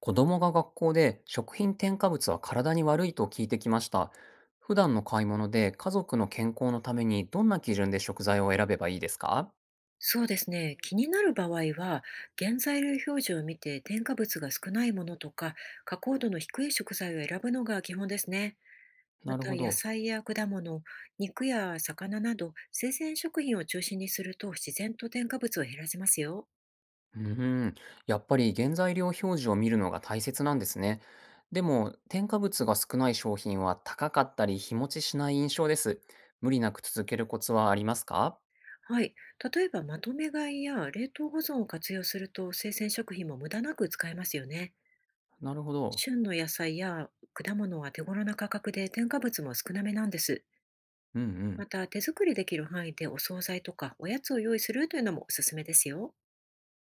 子供が学校で食品添加物は体に悪いと聞いてきました。普段の買い物で家族の健康のためにどんな基準で食材を選べばいいですか？そうですね。気になる場合は、原材料表示を見て添加物が少ないものとか、加工度の低い食材を選ぶのが基本ですね。まなるた、ほ野ど。菜や果物、肉や魚など、生鮮食品を中心にすると自然と添加物を減らせますよ。うーん。やっぱり原材料表示を見るのが大切なんですね。でも、添加物が少ない商品は高かったり日持ちしない印象です。無理なく続けるコツはありますか？はい。例えば、まとめ買いや冷凍保存を活用すると、生鮮食品も無駄なく使えますよね。なるほど。旬の野菜や果物は手頃な価格で添加物も少なめなんです。うんうまん。た、手作りできる範囲でお惣菜とかおやつを用意するというのもおすすめですよ。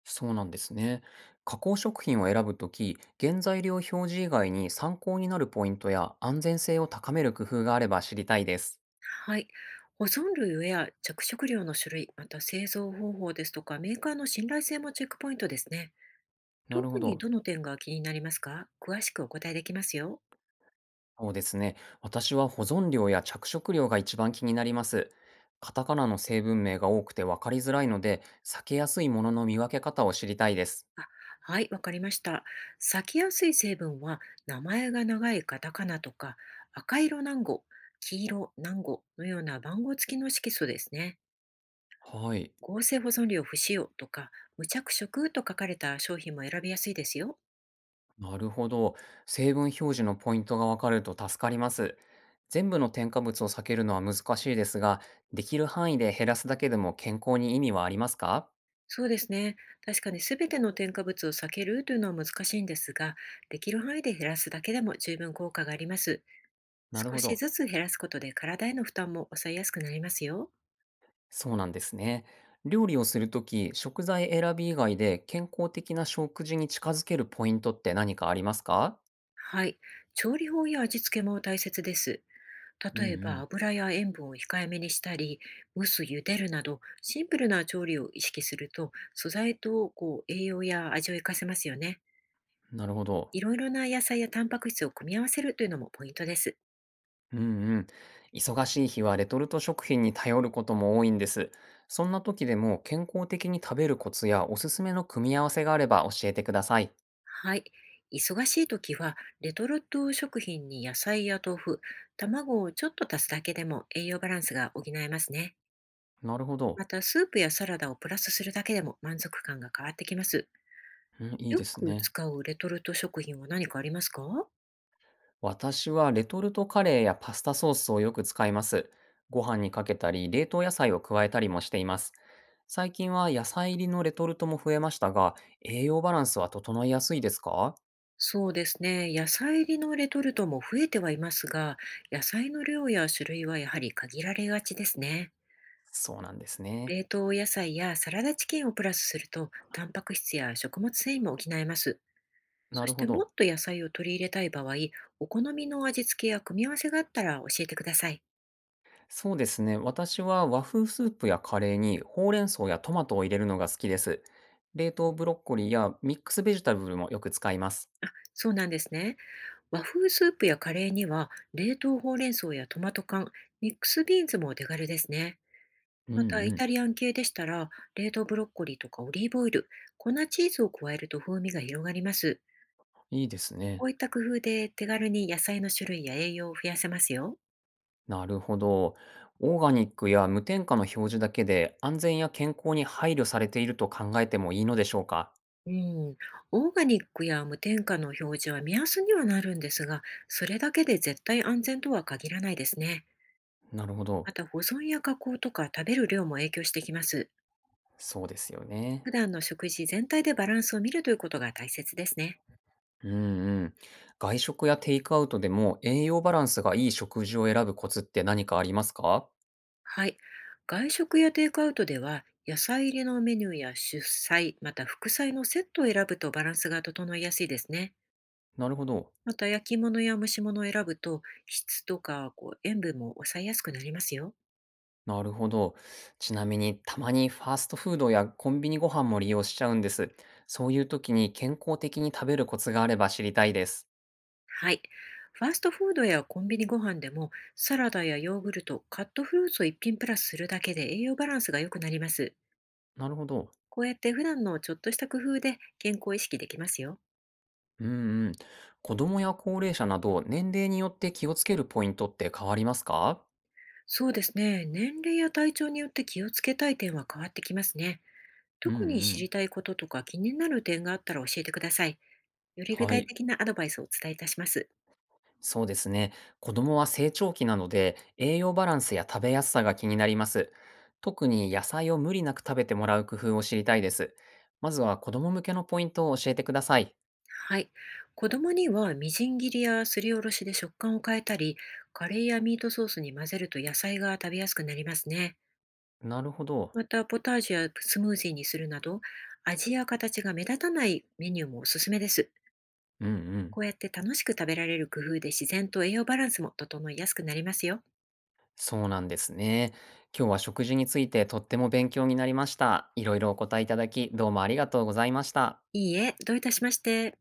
そうなんですね。加工食品を選ぶとき、原材料表示以外に参考になるポイントや安全性を高める工夫があれば知りたいです。はい。保存類や着色料の種類、また製造方法ですとか、メーカーの信頼性もチェックポイントですね。なるほ特にど。どの点が気になりますか？詳しくお答えできますよ。そうですね。私は保存量や着色料が一番気になります。カタカナの成分名が多くて分かりづらいので、避けやすいものの見分け方を知りたいです。あ、はい、わかりました。裂きやすい成分は、名前が長いカタカナとか、赤色南語、黄色南語のような番号付きの色素ですね。はい。合成保存料不使用とか、無着色と書かれた商品も選びやすいですよ。なるほど。成分表示のポイントがわかると助かります。全部の添加物を避けるのは難しいですが、できる範囲で減らすだけでも健康に意味はありますか？そうですね。確かに全ての添加物を避けるというのは難しいんですが、できる範囲で減らすだけでも十分効果があります。なる少ほしど。ずつ減らすことで体への負担も抑えやすくなりますよ。そうなんですね。料理をするとき、食材選び以外で健康的な食事に近づけるポイントって何かありますか？はい。調理法や味付けも大切です。うん例えば、う油や塩分を控えめにしたり、蒸す、茹でるなど、シンプルな調理を意識すると、素材と栄養や味を活かせますよね。ん。なるほど。いろいろな野菜やタンパク質を組み合わせるというのもポイントです。うんうん。忙しい日はレトルト食品に頼ることも多いんです。そんな時でも健康的に食べるコツやおすすめの組み合わせがあれば教えてください。はい。忙しい時は、レトルト食品に野菜や豆腐、卵をちょっと足すだけでも栄養バランスが補えますね。なるほど。また、スープやサラダをプラスするだけでも満足感が変わってきます。うん、いいよですくね。使うレトルト食品は何かありますか？私はレトルトカレーやパスタソースをよく使います。ご飯にかけたり、冷凍野菜を加えたりもしています。最近は野菜入りのレトルトも増えましたが、栄養バランスは整いやすいですか？そうですね。野菜入りのレトルトも増えてはいますが、野菜の量や種類はやはり限られがちですね。そうなんですね。冷凍野菜やサラダチキンをプラスすると、タンパク質や食物繊維も補えます。なそしるほてもど。っと野菜を取り入れたい場合、お好みの味付けや組み合わせがあったら教えてください。そうですね。私は和風スープやカレーにほうれん草やトマトを入れるのが好きです。冷凍ブロッコリーやミックスベジタブルもよく使います。そうなんですね。和風スープやカレーには、冷凍ほうれん草やトマト缶、ミックスビーンズもお手軽ですね。うんまた、イうタん。リアン系でしたら、冷凍ブロッコリーとかオリーブオイル、粉チーズを加えると風味が広がります。いいですこね。ういった工夫で手軽に野菜の種類や栄養を増やせますよ。なるほど。オーガニックや無添加の表示だけで安全や健康に配慮されていると考えてもいいのでしょうか。うん、オーガニックや無添加の表示は目安にはなるんですが、それだけで絶対安全とは限らないですね。なるほど。また、保存や加工とか食べる量も影響してきます。そうですよね。普段の食事全体でバランスを見るということが大切ですね。うんうん。外食やテイクアウトでも栄養バランスがいい食事を選ぶコツって何かありますか？はい。外食やテイクアウトでは、野菜入りのメニューや主菜、また副菜のセットを選ぶとバランスが整いやすいですね。なるほど。また、焼き物や蒸し物を選ぶと、質とか塩分も抑えやすくなりますよ。なるほど。ちなみに、たまにファーストフードやコンビニご飯も利用しちゃうんです。そういう時に健康的に食べるコツがあれば知りたいです。はい。ファーストフードやコンビニご飯でも、サラダやヨーグルト、カットフルーツを一品プラスするだけで栄養バランスが良くなります。なるほど。こうやって普段のちょっとした工夫で健康を意識できますよ。うんうん。子供や高齢者など、年齢によって気をつけるポイントって変わりますか？そうですね。年齢や体調によって気をつけたい点は変わってきますね。うんう特に知ん。りたいこととか気になる点があったら教えてください。より具は体い。的なアドバイスをお伝えいたします。そうですね。子供は成長期なので、栄養バランスや食べやすさが気になります。特に野菜を無理なく食べてもらう工夫を知りたいです。まずは子供向けのポイントを教えてください。はい。子供にはみじん切りやすりおろしで食感を変えたり、カレーやミートソースに混ぜると野菜が食べやすくなりますね。なるほど。また、ポタージュやスムージーにするなど、味や形が目立たないメニューもおすすめです。うんうん。こうやって楽しく食べられる工夫で自然と栄養バランスも整いやすくなりますよ。そうなんですね。今日は食事についてとっても勉強になりました。いろいろお答えいただき、どうもありがとうございました。いいえ、どういたしまして。